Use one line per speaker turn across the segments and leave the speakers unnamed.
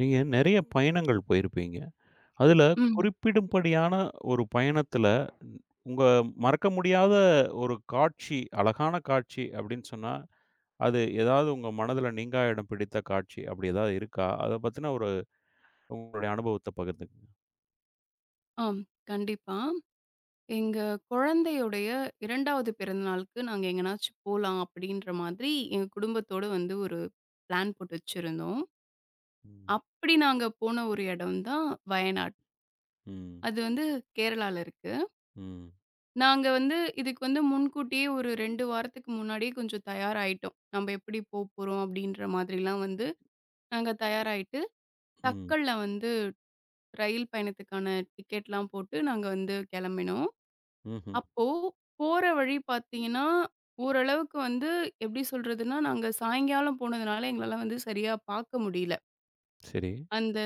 நீங்க நெறைய பயணங்கள் போயிருப்பீங்க. அதுல
ம்.
குறிப்பிடும்படியான ஒரு பயணத்துல, ந- உங்க மறக்க முடியாத ஒரு காட்சி, அழகான காட்சி அப்படின்னு சொன்னா, அது ஏதாவது உங்க மனதுல நீங்கா இடம் பிடித்த காட்சி அப்படி ஏதாவது இருக்கா? அத பத்தின ஒரு உங்களுடைய அனுபவத்த பகிர்ந்துக்கங்க.
ஆம். கண்டிப்பா. எங்க குழந்தையுடைய 2வது பிறந்தநாளுக்கு நாங்க எங்கனாச்சும் போலாம் அப்படின்ற மாதிரி எங்க குடும்பத்தோட வந்து ஒரு பிளான் போட்டு வச்சிருந்தோம்.
ம்,
அப்படி நாங்க போன ஒரு இடம் தான் வயநாடு.
ம்,
அது வந்து கேரளால இருக்கு.
ம்,
நாங்க வந்து இதுக்கு வந்து முன்கூட்டியே ஒரு 2 வாரத்துக்கு முன்னாடியே கொஞ்சம் தயாராயிட்டோம். நம்ப எப்படி போப்போறோம் அப்படின்ற மாதிரிலாம் வந்து நாங்க தயாராயிட்டு,
ம்,
தட்கல்ல வந்து ரயில் பயணத்துக்கான டிக்கெட்லாம் போட்டு நாங்க வந்து கிளம்பினோம்.
ம்ஹ்ம்.
அப்போ போற வழி பார்த்தீங்கன்னா, ஓரளவுக்கு வந்து எப்படி சொல்றதுன்னா, நாங்க சாயங்காலம் போனதுனால எங்களால வந்து சரியா பார்க்க முடியல.
சரி.
அந்த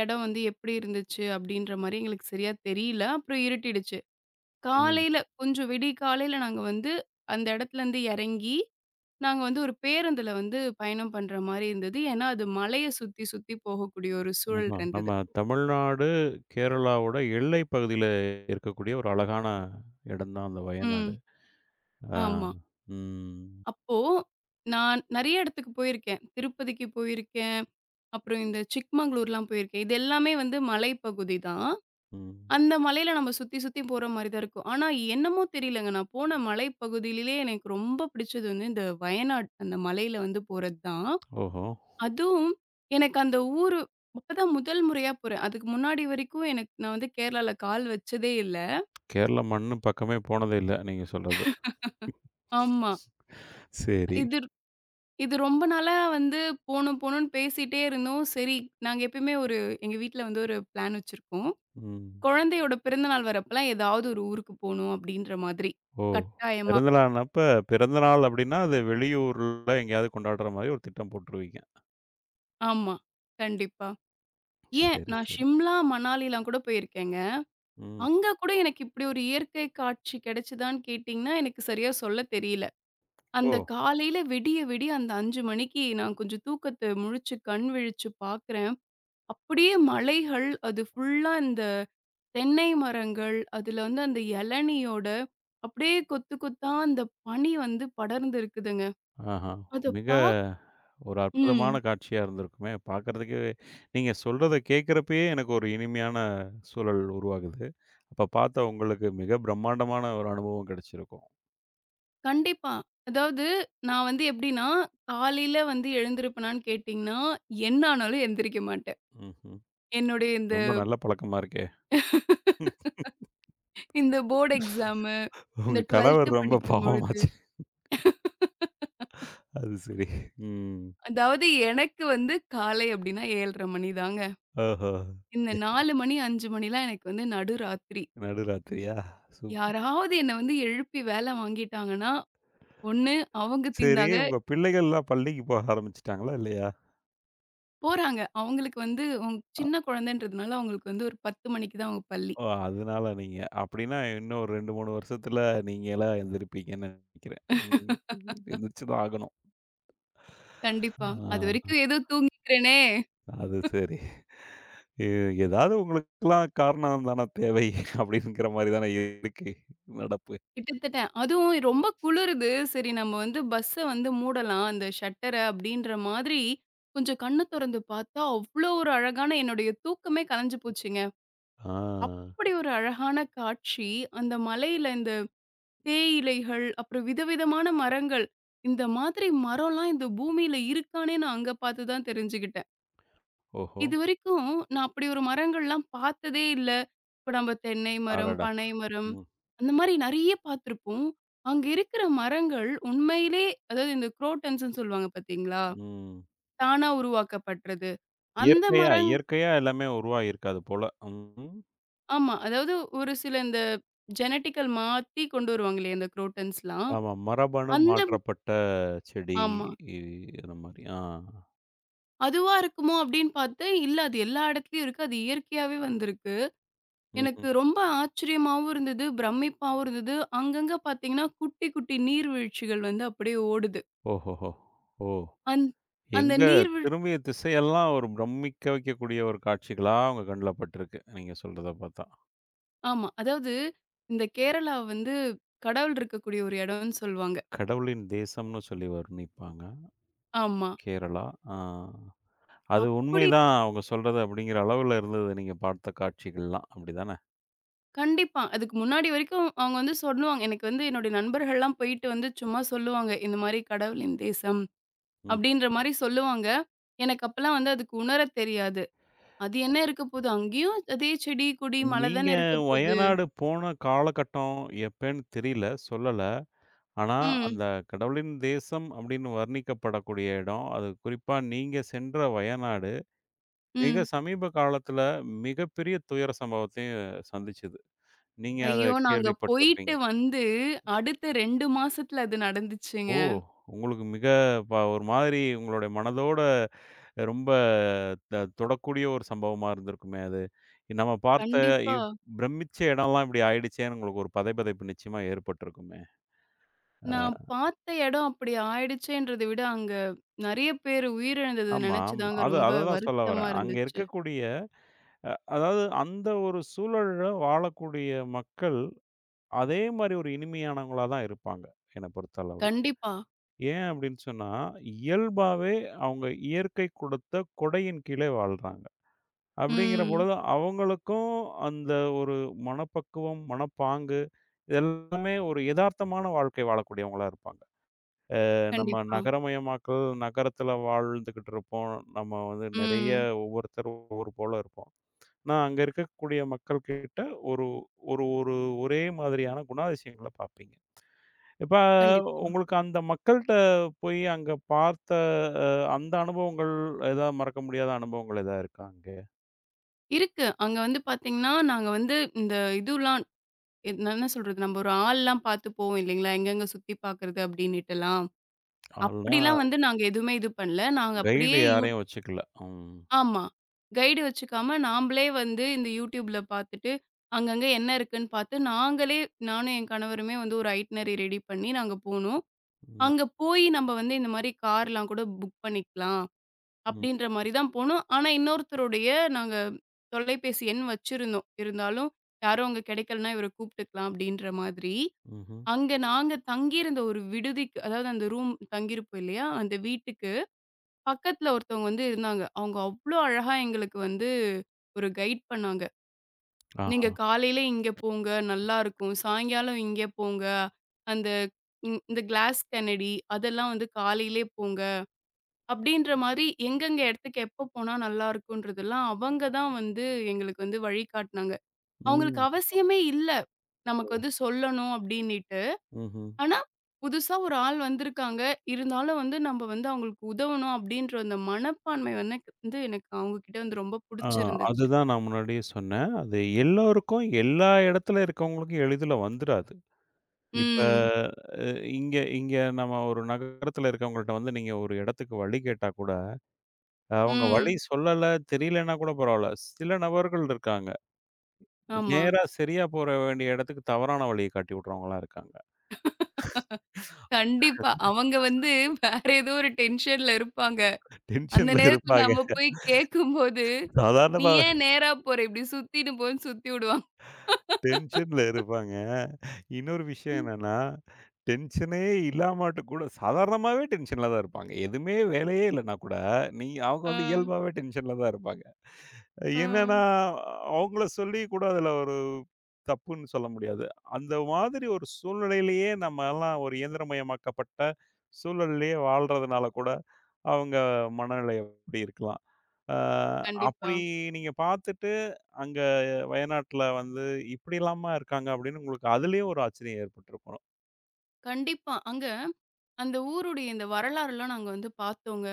இடம் வந்து எப்படி இருந்துச்சு அப்படின்ற மாரி எங்களுக்கு சரியா தெரியல. அப்புறம் இருட்டிடுச்சு.
ம்.
காலையில கொஞ்சம் விடிகாலையில நாங்க வந்து அந்த இடத்துலருந்து இறங்கி, நாங்க வந்து ஒரு பேருந்துல வந்து பயணம் பண்ற மாரி இருந்தது. ஏன்னா, அது மலைய சுத்தி சுத்தி போகக்கூடிய ஒரு சூழல்
ஆமா.
இருந்தது.
நம்ம தமிழ்நாடு, கேரளாவோட எல்லை பகுதியில இருக்கக்கூடிய ஒரு அழகான இடம் தான் அந்த வயநாடு.
ம்.
ஆ.
ஆமா.
ம்,
அப்போ நான் நெறைய இடத்துக்கு போயிருக்கேன். திருப்பதிக்கு போயிருக்கேன். அப்புறம் இந்த சிக்மங்களூர்லாம் போயிருக்கேன். இது எல்லாமே வந்து மலைப்பகுதி தான்.
ம்.
அந்த மலையில நம்ம சுத்தி, சுத்தி போற மாரி தான் இருக்கும். ஆனா என்னமோ தெரியலங்க. நான் போன மலைப்பகுதியிலே எனக்கு ரொம்ப பிடிச்சது வந்து இந்த வயநாடு. அந்த மலையில வந்து போறது தான்.
ஓஹோ!
அதுவும் எனக்கு அந்த ஊரு அப்பதான் முதல் முறையா போறேன். அதுக்கு முன்னாடி வரைக்கும் எனக்கு நான் வந்து கேரளால கால் வச்சதே இல்ல.
கேரளா மண்ணு பக்கமே போனதே இல்ல, நீங்க சொல்றது.
ஆமா.
சரி.
இது இது ரொம்ப நாளா வந்து போணும், போணும்ன்னு பேசிட்டே இருந்தோம். சரி, நாங்க எப்பயுமே ஒரு எங்க வீட்ல வந்து ஒரு பிளான் வச்சிருக்கோம்.
ம்.
குழந்தையோட பிறந்தநாள் வரப்பலாம் ஏதாவது ஒரு ஊருக்கு போணும் அப்படின்ற மாதிரி.
ஓ!
கட்டாயமா.
பிறந்த நாள்னப்ப பிறந்த நாள் அப்டின்னா, அது வெளியூர்ல எங்கேயாவது கொண்டாடுற மாரி ஒரு திட்டம் போட்டுருவீங்க.
ஆமா. கண்டிப்பா. ஏன்
சரி,
நான்
சரி.
ஷிம்லா, மணாலிலாம் கூட போயிருக்கேங்க.
ம்.
அங்க கூட எனக்கு இப்படி ஒரு இயற்கை காட்சி கிடைச்சதான்னு கேட்டீங்கன்னா, எனக்கு சரியா சொல்ல தெரியல.
ஓ!
அந்த காலையில விடிய விடிய அந்த 5 மணிக்கு நான் கொஞ்சம் தூக்கத்த முழிச்சு கண் விழிச்சு பார்க்குறேன். அப்படியே மலைகள், அது ஃபுல்லா இந்த தென்னை மரங்கள், அதுல வந்து அந்த இளநியோட அப்படியே கொத்து கொத்தா அந்த பனி வந்து படர்ந்து இருக்குதுங்க.
ஆஹா.
அத
மிக
பா
ஒரு அற்புதமான
ம்.
காட்சியா இருந்திருக்குமே! பார்க்கறதுக்கே நீங்க சொல்றத கேட்கிறப்பயே எனக்கு ஒரு இனிமையான சூழல் உருவாகுது. அப்ப பார்த்தா உங்களுக்கு மிக பிரம்மாண்டமான ஒரு அனுபவம் கிடைச்சிருக்கும்.
கண்டிப்பா. அதாவது நான் வந்து எப்படின்னா, காலையில வந்து எழுந்திருப்பனான்னு கேட்டீங்கன்னா, என்ன ஆனாலும் எந்திரிக்க மாட்டேன்.
ம்ஹ்ம்.
என்னுடைய இந்த
ரொம்ப நல்ல பழக்கமா இருக்கே!
இந்த போர்ட் எக்ஸாமு, இந்த
உங்க கணவர்
12த்
ரொம்ப
படிக்கும் பொழுது,
பாவமாச்சே! அது சரி. ம்.
அதாவது எனக்கு வந்து காலை அப்படின்னா 7:30 மணி தாங்க.
ஓஹோ!
இந்த 4 மணி, 5 மணிலாம் எனக்கு வந்து நடுராத்திரி.
நடுராத்திரியா? சூப்பர்.
யாராவது என்ன வந்து எழுப்பி வேலை வாங்கிட்டாங்கன்னா, ஒண்ணு அவங்க
சரி,
தீந்தாங்க
உங்க பிள்ளைகள்லாம் பள்ளிக்கு போக ஆரம்பிச்சுட்டாங்களா? இல்லையா?
போறாங்க. அவங்களுக்கு வந்து உங்
அ
சின்ன குழந்தைன்றதுனால அவங்களுக்கு வந்து ஒரு 10 மணிக்கு தான் அவங்க பள்ளி.
ஓ! அதனால நீங்க அப்படின்னா இன்னும் ஒரு 2, 3 வருஷத்துல நீங்களா எந்திரிப்பீங்கன்னு நெனைக்கிறேன். ம். எந்திரிச்சு தான் ஆகணும்.
கண்டிப்பா.
ஆ.
அதுவரைக்கும் ஏதோ தூங்கிக்கிறேனே,
அது சரி. எ ஏதாவது உங்களுக்கெல்லாம் காரணம் தான தேவை அப்படிங்கிற மாரி தானே இருக்கு நடப்பு.
கிட்டத்தட்ட அதுவும் ரொம்ப குளிருது. சரி நம்ம வந்து பஸ்ஸ வந்து மூடலாம், அந்த ஷட்டர அப்டின்ற மாதிரி கொஞ்சம் கண்ண தொறந்து பார்த்தா, அவ்ளோ ஒரு அழகான என்னுடைய தூக்கமே கலைஞ்சு போச்சுங்க.
ஆ.
அப்படி ஒரு அழகான காட்சி. அந்த மலையில இந்த தேயிலைகள், அப்புறம் விதவிதமான மரங்கள். இந்த மாதிரி மரம்லாம் இந்த பூமியில இருக்கான்னே நான் அங்க பார்த்து தான் தெரிஞ்சுகிட்டேன்.
ஓஹோ!
இதுவரைக்கும் நான் அப்படி ஒரு மரங்கள்லாம் பார்த்ததே இல்ல. இப்ப நம்ம தென்னை மரம்,
அடடா!
பனை மரம்
ம்.
அந்த மாரி நெறைய பார்த்துருப்போம். அங்க இருக்கிற மரங்கள் உண்மையிலே அதாவது இந்த குரோட்டன்ஸ்ன்னு சொல்லுவாங்க பார்த்தீங்களா?
ம்.
தானா உருவாக்கப்படுறது. அந்த
இயற்கையா
மரங்
இயற்கையா எல்லாமே உருவாகியிருக்காது போல. ம்.
ஆமா. அதாவது ஒரு சில இந்த ஜெனடிக்கல் மாத்தி கொண்டு வருவாங்க இல்லையா? இந்த குரோட்டன்ஸ்லாம்.
ஆமா. மரபணு
அந்த
மாற்றப்பட்ட செடி.
ஆமா.
இ அந்த மாரி. ஆ.
அதுவா இருக்குமோ அப்படின்னு பார்த்தேன். இல்ல அது எல்லா இடத்துலயும் இருக்கு. அது இயற்கையாவே வந்திருக்கு. எனக்கு
ம்ஹ்ம்.
ரொம்ப ஆச்சரியமாவும் இருந்தது, பிரமிப்பாவும் இருந்தது. அங்கங்க பார்த்தீங்கன்னா, குட்டி, குட்டி நீர்வீழ்ச்சிகள் வந்து அப்படியே ஓடுது.
ஓஹோஹோ! ஓ!
அந் அந்த
எங்க
நீர்வீழ்
திரும்பிய திசையெல்லாம் ஒரு பிரமிக்க வைக்கக்கூடிய ஒரு காட்சிகளா உங்க கண்ல பட்டுருக்கு. நீங்க சொல்றத பார்த்தா.
ஆமா. அதாவது இந்த கேரளா வந்து கடல் இருக்கக்கூடிய ஒரு இடம்னு சொல்லுவாங்க.
கடவுளின் தேசம்னு சொல்லி வர்ணிப்பாங்க.
ஆமா.
கேரளா. ஆ. அது
அப்படி
உண்மைதான் அவங்க சொல்றது அப்படிங்கிற அளவுல இருந்தது நீங்க பார்த்த காட்சிகள்லாம். அப்படிதானே?
கண்டிப்பா. அதுக்கு முன்னாடி வரைக்கும் அவங்க வந்து சொல்லுவாங்க. எனக்கு வந்து என்னுடைய நண்பர்கள்லாம் போயிட்டு வந்து சும்மா சொல்லுவாங்க. இந்த மாரி கடவுளின் தேசம்
ம்.
அப்படின்ற மாரி சொல்லுவாங்க. எனக்கு அப்பலாம் வந்து அதுக்கு உணரத் தெரியாது. அது என்ன இருக்க போது? அங்கேயும் அதே செடி, கொடி, மலை
நீங்க
தானே இருக்க போது.
வயநாடு போன காலகட்டம் எப்பன்னு தெரியல, சொல்லல. ஆனா,
ம்.
அந்த கடவுளின் தேசம் அப்படின்னு வர்ணிக்கப்படக்கூடிய இடம், அது குறிப்பா நீங்க சென்ற வயநாடு, மிக
ம்.
சமீப காலத்துல மிகப்பெரிய துயர சம்பவத்தையும் சந்திச்சது. நீங்க அத
ஐயோ! நாங்க போயிட்டு
கேள்விப்பட்டிருப்பீங்க.
வந்து அடுத்த 2 மாசத்துல அது
ஓ!
நடந்துச்சுங்க.
உங்களுக்கு மிக ஒரு மாதிரி உங்களுடைய மனதோட ரொம்ப த தொடக்கூடிய ஒரு சம்பவமா இருந்திருக்குமே அது. நம்ம பார்த்த
கண்டிப்பா.
இவ் பிரமிச்ச இடம்லாம் இப்படி ஆயிடுச்சேன்னு உங்களுக்கு ஒரு பதைபதைப்பு நிச்சயமா ஏற்பட்டிருக்குமே!
நான் பார்த்த இடம் அப்படி ஆயிடுச்சேன்றத விட, அங்க நெறைய பேர் உயிரிழந்தத
ஆமா,
நெனச்சு
ஆமா.
தாங்க
அது
ரொம்ப
அததான் சொல்ல வரேன்.
வருத்தமா
அங்க
இருந்துச்சு.
இருக்கக்கூடிய அதாவது அந்த ஒரு சூழல்ல வாழக்கூடிய மக்கள், அதே மாரி ஒரு இனிமையானவங்களா தான் இருப்பாங்க, என்ன பொறுத்த அளவுல.
கண்டிப்பா.
ஏன் அப்படின்னு சொன்னா, இயல்பாவே அவங்க இயற்கை கொடுத்த கொடையின் கீழே வாழ்றாங்க. அப்படிங்கிற
ம்.
பொழுது, அவங்களுக்கும் அந்த ஒரு மனப்பக்குவம், மனப்பாங்கு, இதெல்லாமே ஒரு எதார்த்தமான வாழ்க்கை வாழக்கூடியவங்களா இருப்பாங்க. நம்ம
கண்டிப்பா.
நகரமயமாக்கல் நகரத்துல வாழ்ந்துகிட்டு இருப்போம். நம்ம வந்து நிறைய
ம்.
ஒவ்வொருத்தர் ஒவ்வொரு போல இருப்போம். ஆனா, அங்க இருக்கக்கூடிய மக்கள் கிட்ட ஒரு ஒரு ஒரு ஒரே மாதிரியான குணாதிசயங்கள பார்ப்பீங்க. இப்ப
கண்டிப்பா.
உங்களுக்கு அந்த மக்கள்ட்ட போய் அங்க பார்த்த அ அந்த அனுபவங்கள் ஏதாவது மறக்க முடியாத அனுபவங்கள் ஏதாவது இருக்கா அங்க?
இருக்கு. அங்க வந்து பார்த்தீங்கன்னா, நாங்க வந்து இந்த இதுலாம் என்ன என்ன சொல்றது? நம்ம ஒரு ஆள்லாம் பார்த்து போவோம் இல்லைங்களா? எங்கெங்க சுத்தி பார்க்கறது அப்படின்னுட்டுலாம்.
ஆள்னா
அப்படிலாம் வந்து நாங்க எதுவுமே இது பண்ணல. நாங்க
கைடு
அப்படியே யூ
யாரையும் வச்சுக்கல. ம்.
ஆமா. கைடு வச்சுக்காம நாம்பளே வந்து இந்த YouTubeல பாத்துட்டு, அங்கங்க என்ன இருக்குன்னு பாத்து, நாங்களே நானும் என் கணவருமே வந்து ஒரு ஐட்னரி ரெடி பண்ணி நாங்க போனோம்.
ம்.
அங்க போயி நம்ம வந்து இந்த மாரி கார்லாம் கூட புக் பண்ணிக்கலாம்.
ம்.
அப்டின்ற மாரி தான் போனோம். ஆனா இன்னொருத்தருடைய நாங்க தொலைபேசி எண் வச்சிருந்தோம். இருந்தாலும் யாரும் அங்க கெடைக்கலன்னா இவர கூப்ட்டுக்கலாம் அப்டின்ற மாதிரி.
ம்ஹ்ம்.
அங்க நாங்க தங்கியிருந்த ஒரு விடுதிக்கு அதாவது அந்த ரூம் தங்கியிருப்போம் இல்லையா? அந்த வீட்டுக்கு பக்கத்துல ஒருத்தவங்க வந்து இருந்தாங்க. அவங்க அவ்ளோ அழகா எங்களுக்கு வந்து ஒரு கைட் பண்ணாங்க. "நீங்க
ஆஹா.
காலையில இங்க போங்க, நல்லாருக்கும். சாயங்காலம் இங்க போங்க. அந்த இந்த கிளாஸ் கெனடி அதெல்லாம் வந்து காலையிலே போங்க." அப்படின்ற மாரி எங்கெங்க இடத்துக்கு எப்ப போனா நல்லாருக்குன்றதெல்லாம் அவங்க தான் வந்து எங்களுக்கு வந்து வழிகாட்டுனாங்க. அவங்களுக்கு
ம்.
அவசியமே இல்ல.
ஓ!
நமக்கு வந்து சொல்லணும் அப்படின்னிட்டு.
ம்ஹ்ம்.
ஆனா, புதுசா ஒரு ஆள் வந்திருக்காங்க. இருந்தாலும் வந்து நம்ப வந்து அவங்களுக்கு உதவணும் அப்படின்ற அந்த மனப்பான்மை வந்து எனக்கு- வந்து எனக்கு அவங்க கிட்ட வந்து ரொம்ப
ஆ
புடிச்சிருந்துச்சு.
அதுதான் நான் முன்னாடியே சொன்னேன். அது எல்லோருக்கும், எல்லா இடத்துல இருக்கவங்களுக்கும் எளிதில வந்துராது. இப்ப
ம்.
அ இங்க இங்க நம்ம ஒரு நகரத்துல இருக்கவங்கள்ட்ட வந்து நீங்க ஒரு இடத்துக்கு வழி கேட்டா கூட, அவங்க வழி
ம்.
சொல்லல, தெரியலன்னா கூட பரவால்ல. சில நபர்கள் இருக்காங்க.
ஆமா.
நேரா சரியா போற வேண்டிய இடத்துக்கு தவறான வழிய காட்டி விடுறவங்கலாம் இருக்காங்க.
கண்டிப்பா. அவங்க வந்து வேற ஏதோ ஒரு டென்ஷன்ல இருப்பாங்க. அந்த
டென்ஷன்ல
நேரத்துல
இருப்பாங்க.
நம்ம போய் கேட்கும்போது, "நீ
சாதாரணமா
ஏன் நேரா போற? இப்படி சுத்தின்னு போன்னு" சுத்தி விடுவாங்க.
டென்ஷன்ல இருப்பாங்க. இன்னொரு விஷயம்
ம்,
என்னன்னா, டென்ஷனே இல்லாமாட்டு கூட சாதாரணமாவே டென்ஷன்ல தான் இருப்பாங்க. எதுவுமே வேலையே இல்லன்னா கூட, நீ அவங்க
ஆ,
வந்து இயல்பாவே டென்ஷன்ல தான் இருப்பாங்க.
ஆ.
என்னன்னா, அவங்கள சொல்லி கூட அதில ஒரு தப்புன்னு சொல்ல முடியாது. அந்த மாதிரி ஒரு சூழ்நிலையிலேயே நம்மலாம் ஒரு இயந்திரமயமாக்கப்பட்ட சூழல்லயே வாழ்றதுனால கூட, அவங்க மனநிலை அப்படி இருக்கலாம். அ
கண்டிப்பா.
அப்படி நீங்க பார்த்துட்டு, அங்க வயநாட்ல வந்து இப்படிலாமா இருக்காங்க அப்படின்னு உங்களுக்கு அதுலயும் ஒரு ஆச்சரியம் ஏற்பட்டுருக்கும்.
கண்டிப்பா. அங்க அந்த ஊருடைய இந்த வரலாறுலாம் நாங்க வந்து பார்த்தோங்க.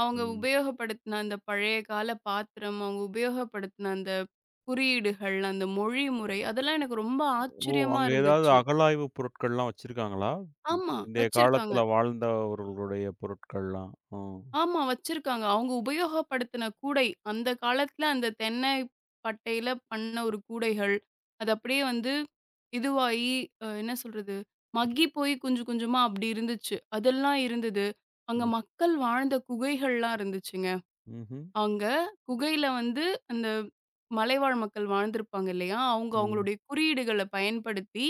அவங்க
ம்.
உபயோகப்படுத்தின அந்த பழைய கால பாத்திரம், அவங்க உபயோகப்படுத்தின அந்த குறியீடுகள், அந்த மொழி முறை அதெல்லாம் எனக்கு ரொம்ப
ஓ!
ஆச்சரியமா
அங்க ஏதாவது
இருந்துச்சு.
அகழாய்வு பொருட்கள்லாம் வச்சிருக்காங்களா?
ஆமா
பிந்தைய காலத்துல
வச்சிருக்காங்க.
வாழ்ந்தவர்களுடைய பொருட்கள்லாம். ஓ!
ஆமா வச்சிருக்காங்க. அவங்க உபயோகப்படுத்தின கூடை, அந்த காலத்துல அந்த தென்னை பட்டையில பண்ண ஒரு கூடைகள், அது அப்படியே வந்து இதுவாகி என்ன சொல்றது? மக்கி போய் கொஞ்சம் கொஞ்சமா அப்படி இருந்துச்சு. அதெல்லாம் இருந்தது. அங்க
ம்.
மக்கள் வாழ்ந்த குகைகள்லாம் இருந்துச்சுங்க.
ம்ஹ்ம்.
அங்க குகையில வந்து அந்த மலைவாழ் மக்கள் வாழ்ந்திருப்பாங்க இல்லையா? அவங்க
ம்.
அவங்களுடைய குறியீடுகள பயன்படுத்தி,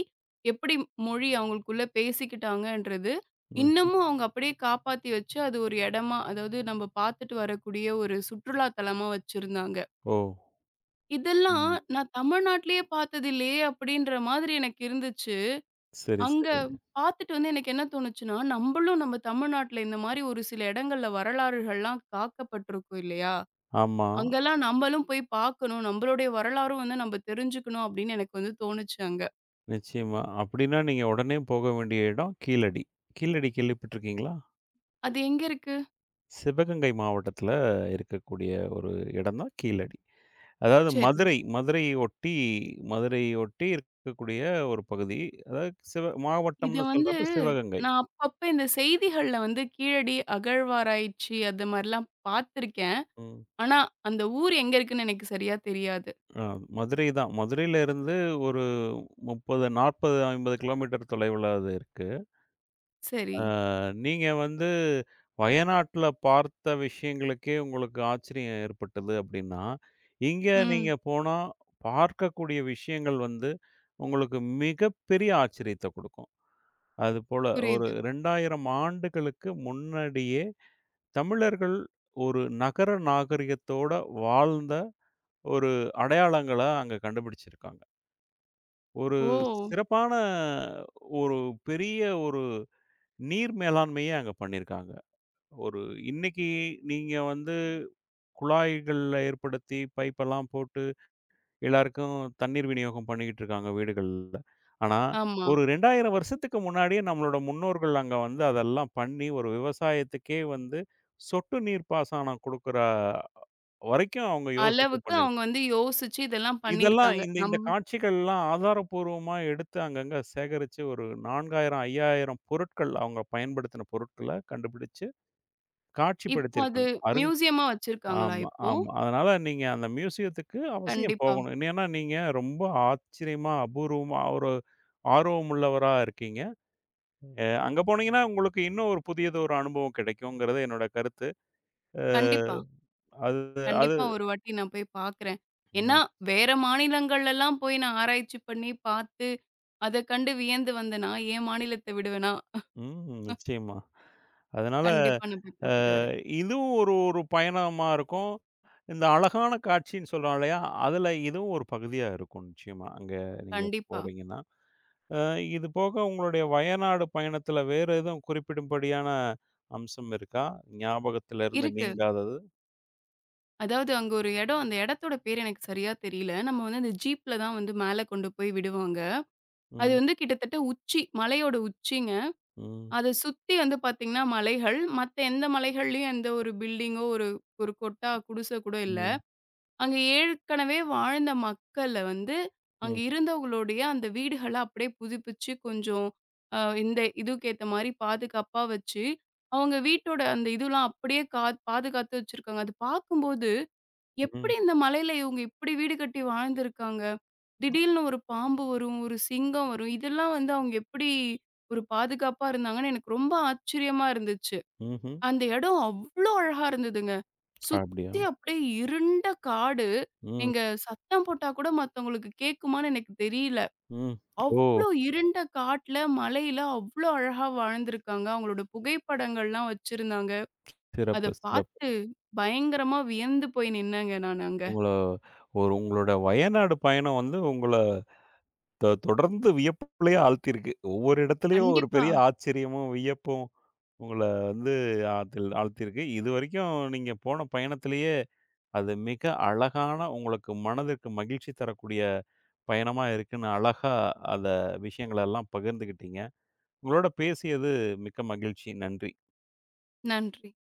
எப்படி மொழி அவங்களுக்குள்ள பேசிக்கிட்டாங்கன்றது,
ம்ஹ்ம்.
இன்னமும் அவங்க அப்படியே காப்பாத்தி வச்சு, அது ஒரு இடமா அதாவது நம்ம பார்த்துட்டு வரக்கூடிய ஒரு சுற்றுலா தலமா வச்சிருந்தாங்க.
ஓ!
இதெல்லாம்
ம்.
நான் தமிழ்நாட்டிலேயே பார்த்ததில்லையே! அப்படின்ற மாதிரி எனக்கு இருந்துச்சு.
சரி,
அங்க
சரிங்க.
பார்த்துட்டு வந்து எனக்கு என்ன தோணுச்சுன்னா, நம்பளும் நம்ம தமிழ்நாட்ல இந்த மாரி ஒரு சில இடங்கள்ல வரலாறுகள்லாம் காக்கப்பட்டிருக்கும் இல்லையா?
ஆமா.
அங்கெல்லாம் நம்பளும் போய் பார்க்கணும். நம்பளுடைய வரலாறும் வந்து நம்ப தெரிஞ்சுக்கணும் அப்படின்னு எனக்கு வந்து தோணுச்சு அங்க.
நிச்சயமா. அப்படின்னா நீங்க உடனே போக வேண்டிய இடம் கீழடி. கீழடி கேள்விப்பட்டிருக்கீங்களா?
அது எங்க இருக்கு?
சிவகங்கை மாவட்டத்தில இருக்கக்கூடிய ஒரு இடம் தான் கீழடி. அதாவது
சரி.
மதுரையை ஒட்டி மதுரையை ஒட்டி இருக்கக்கூடிய ஒரு பகுதி. அதாவது சிவ
இது
மாவட்டம்னு
வந்து
சொல்றப்ப சிவகங்கை.
நான் அப்பப்ப இந்த செய்திகள்ல வந்து கீழடி அகழ்வாராய்ச்சி அது மாரிலாம் பார்த்துருக்கேன்.
ம்.
ஆனா, அந்த ஊர் எங்க இருக்குன்னு எனக்கு சரியா தெரியாது.
அ மதுரை தான். மதுரையில இருந்து ஒரு 30, 40, 50 கிலோமீட்டர் தொலைவுல அது இருக்கு.
சரி.
ஆ, நீங்க வந்து வயநாட்ல பார்த்த விஷயங்களுக்கே உங்களுக்கு ஆச்சரியம் ஏற்பட்டது அப்படின்னா, இங்க
ம்.
நீங்க போனா பார்க்கக்கூடிய விஷயங்கள் வந்து உங்களுக்கு மிகப்பெரிய ஆச்சரியத்த குடுக்கும். அதுபோல ஒரு
புரியுது.
2000 ஆண்டுகளுக்கு முன்னாடியே தமிழர்கள் ஒரு நகர நாகரிகத்தோட வாழ்ந்த ஒரு அடையாளங்கள அங்க கண்டுபிடிச்சிருக்காங்க. ஒரு
ஓ!
சிறப்பான ஒரு பெரிய ஒரு நீர் மேலாண்மையே அங்க பண்ணியிருக்காங்க. ஒரு இன்னைக்கு நீங்க வந்து குழாய்கள்ல ஏற்படுத்தி, பைப்பெல்லாம் போட்டு எல்லாருக்கும் தண்ணீர் விநியோகம் பண்ணிக்கிட்டு இருக்காங்க வீடுகள்ல. ஆனா,
ஆமா.
ஒரு 2000 வருஷத்துக்கு முன்னாடியே நம்மளோட முன்னோர்கள் அங்க வந்து அதெல்லாம் பண்ணி, ஒரு விவசாயத்துக்கே வந்து சொட்டு நீர் பாசனம் குடுக்குற வரைக்கும் அவங்க யோசிச்சு
அளவுக்கு அவங்க
பண்ணியிருக்கு.
வந்து யோசிச்சு இதெல்லாம்
இதெல்லாம்
பண்ணியிருக்காங்க.
இந்த இந்த காட்சிகள்லாம் ஆதாரப்பூர்வமா எடுத்து அங்கங்க சேகரிச்சு ஒரு 4000, 5000 பொருட்கள் அவங்க பயன்படுத்தின பொருட்கள கண்டுபிடிச்சு
இப்போ அது
காட்சிப்படுத்தியிருக்காங்க.
மியூசியமா வச்சிருக்காங்களா
ஆமா,
இப்போ?
ஆமா. அதனால நீங்க அந்த மியூசியத்துக்கு அவசியம்
கண்டிப்பா.
போகணும். ஏன்னா, நீங்க ரொம்ப ஆச்சரியமா, அபூர்வமா ஒரு ஆர்வம் உள்ளவரா இருக்கீங்க. அங்க போனீங்கன்னா, உங்களுக்கு இன்னும் ஒரு புதியது ஒரு அனுபவம் கிடைக்குங்கிறது என்னோட கருத்து. அ
கண்டிப்பா.
அது அது
கண்டிப்பா ஒரு வாட்டி நான் போய் பார்க்குறேன். ஏன்னா,
ம்,
வேற மாநிலங்கள்லலாம் போய் நான் ஆராய்ச்சி பண்ணி பார்த்து, அத கண்டு வியந்து வந்தேனா, என் மாநிலத்த விடுவேனா?
ம். நிச்சயமா. அதனால
கண்டிப்பா நான் போய்
அ
பார்த்துட்டு வரேன்.
இதுவும் ஒரு ஒரு பயணமா இருக்கும். இந்த அழகான காட்சின்னு சொல்றோம் இல்லையா? அதுல இதுவும் ஒரு பகுதியா இருக்கும் நிச்சயமா. அங்க நீங்க
கண்டிப்பா.
போறீங்கன்னா. அ இது போக உங்களுடைய வயநாடு பயணத்துல வேற எதுவும் குறிப்பிடும்படியான அம்சம் இருக்கா? ஞாபகத்துல இருந்து
இருக்கு.
நீங்காதது?
அதாவது அங்க ஒரு இடம், அந்த இடத்தோட பேர் எனக்கு சரியா தெரியல. நம்ம வந்து அந்த ஜீப்ல தான் வந்து மேல கொண்டு போய் விடுவாங்க. அது
ம்,
வந்து கிட்டத்தட்ட உச்சி, மலையோட உச்சிங்க.
ம்,
அத சுத்தி வந்து பார்த்தீங்கன்னா மலைகள். மத்த எந்த மலைகள்லயும் எந்த ஒரு பில்டிங்கோ, ஒரு ஒரு கொட்டா, குடிச கூட இல்ல.
ம்,
அங்க ஏற்கனவே வாழ்ந்த மக்கள வந்து, அங்க
ம்,
இருந்தவங்களுடைய அந்த வீடுகள அப்படியே புதுப்பிச்சு கொஞ்சம் இந்த இதுக்கு ஏத்த மாரி பாதுகாப்பா வச்சு, அவங்க வீட்டோட அந்த இதுலாம் அப்படியே பாதுகாத்து வச்சிருக்காங்க. அது பார்க்கும்போது,
ம்,
எப்படி இந்த மலையில இவங்க இப்படி வீடு கட்டி வாழ்ந்திருக்காங்க? திடீல்னு ஒரு பாம்பு வரும், ஒரு சிங்கம் வரும். இதெல்லாம் வந்து அவங்க எப்படி ஒரு பாதுகாப்பா இருந்தாங்கன்னு எனக்கு ரொம்ப ஆச்சரியமா இருந்துச்சு.
ம்ஹ்ம்.
அந்த இடம் அவ்ளோ அழகா இருந்ததுங்க.
அப்படியா?
சுத்தி அப்படியே இருண்ட காடு.
ம்,
நீங்க சத்தம் போட்டா கூட மத்தவங்களுக்கு கேட்குமான்னு எனக்கு தெரியல.
ம். ஓ!
அவ்ளோ இருண்ட காட்ல, மலையில அவ்ளோ அழகா வாழ்ந்திருக்காங்க. அவங்களோட புகைப்படங்கள்லாம் வச்சிருந்தாங்க. அத
சிறப்பு, சிறப்பு.
பார்த்து பயங்கரமா வியந்து போய் நின்னேங்க நான் அங்க.
உங்கள ஒரு உங்களோட வயநாடு பயணம் வந்து உங்கள தொடர்ந்து வியப்புலயே ஆழ்த்தியிருக்கு. ஒவ்வொரு இடத்துலயும் ஒரு
கண்டிப்பா.
பெரிய ஆச்சரியமும், வியப்பும் உங்கள வந்து ஆத்தில் ஆழ்த்தியிருக்கு. இதுவரைக்கும் நீங்க போன பயணத்திலேயே அது மிக அழகான உங்களுக்கு மனதிற்கு மகிழ்ச்சி தரக்கூடிய பயணமா இருக்குன்னு அழகா அத விஷயங்களெல்லாம் பகிர்ந்துக்கிட்டீங்க. உங்களோட பேசியது மிக்க மகிழ்ச்சி. நன்றி.
நன்றி.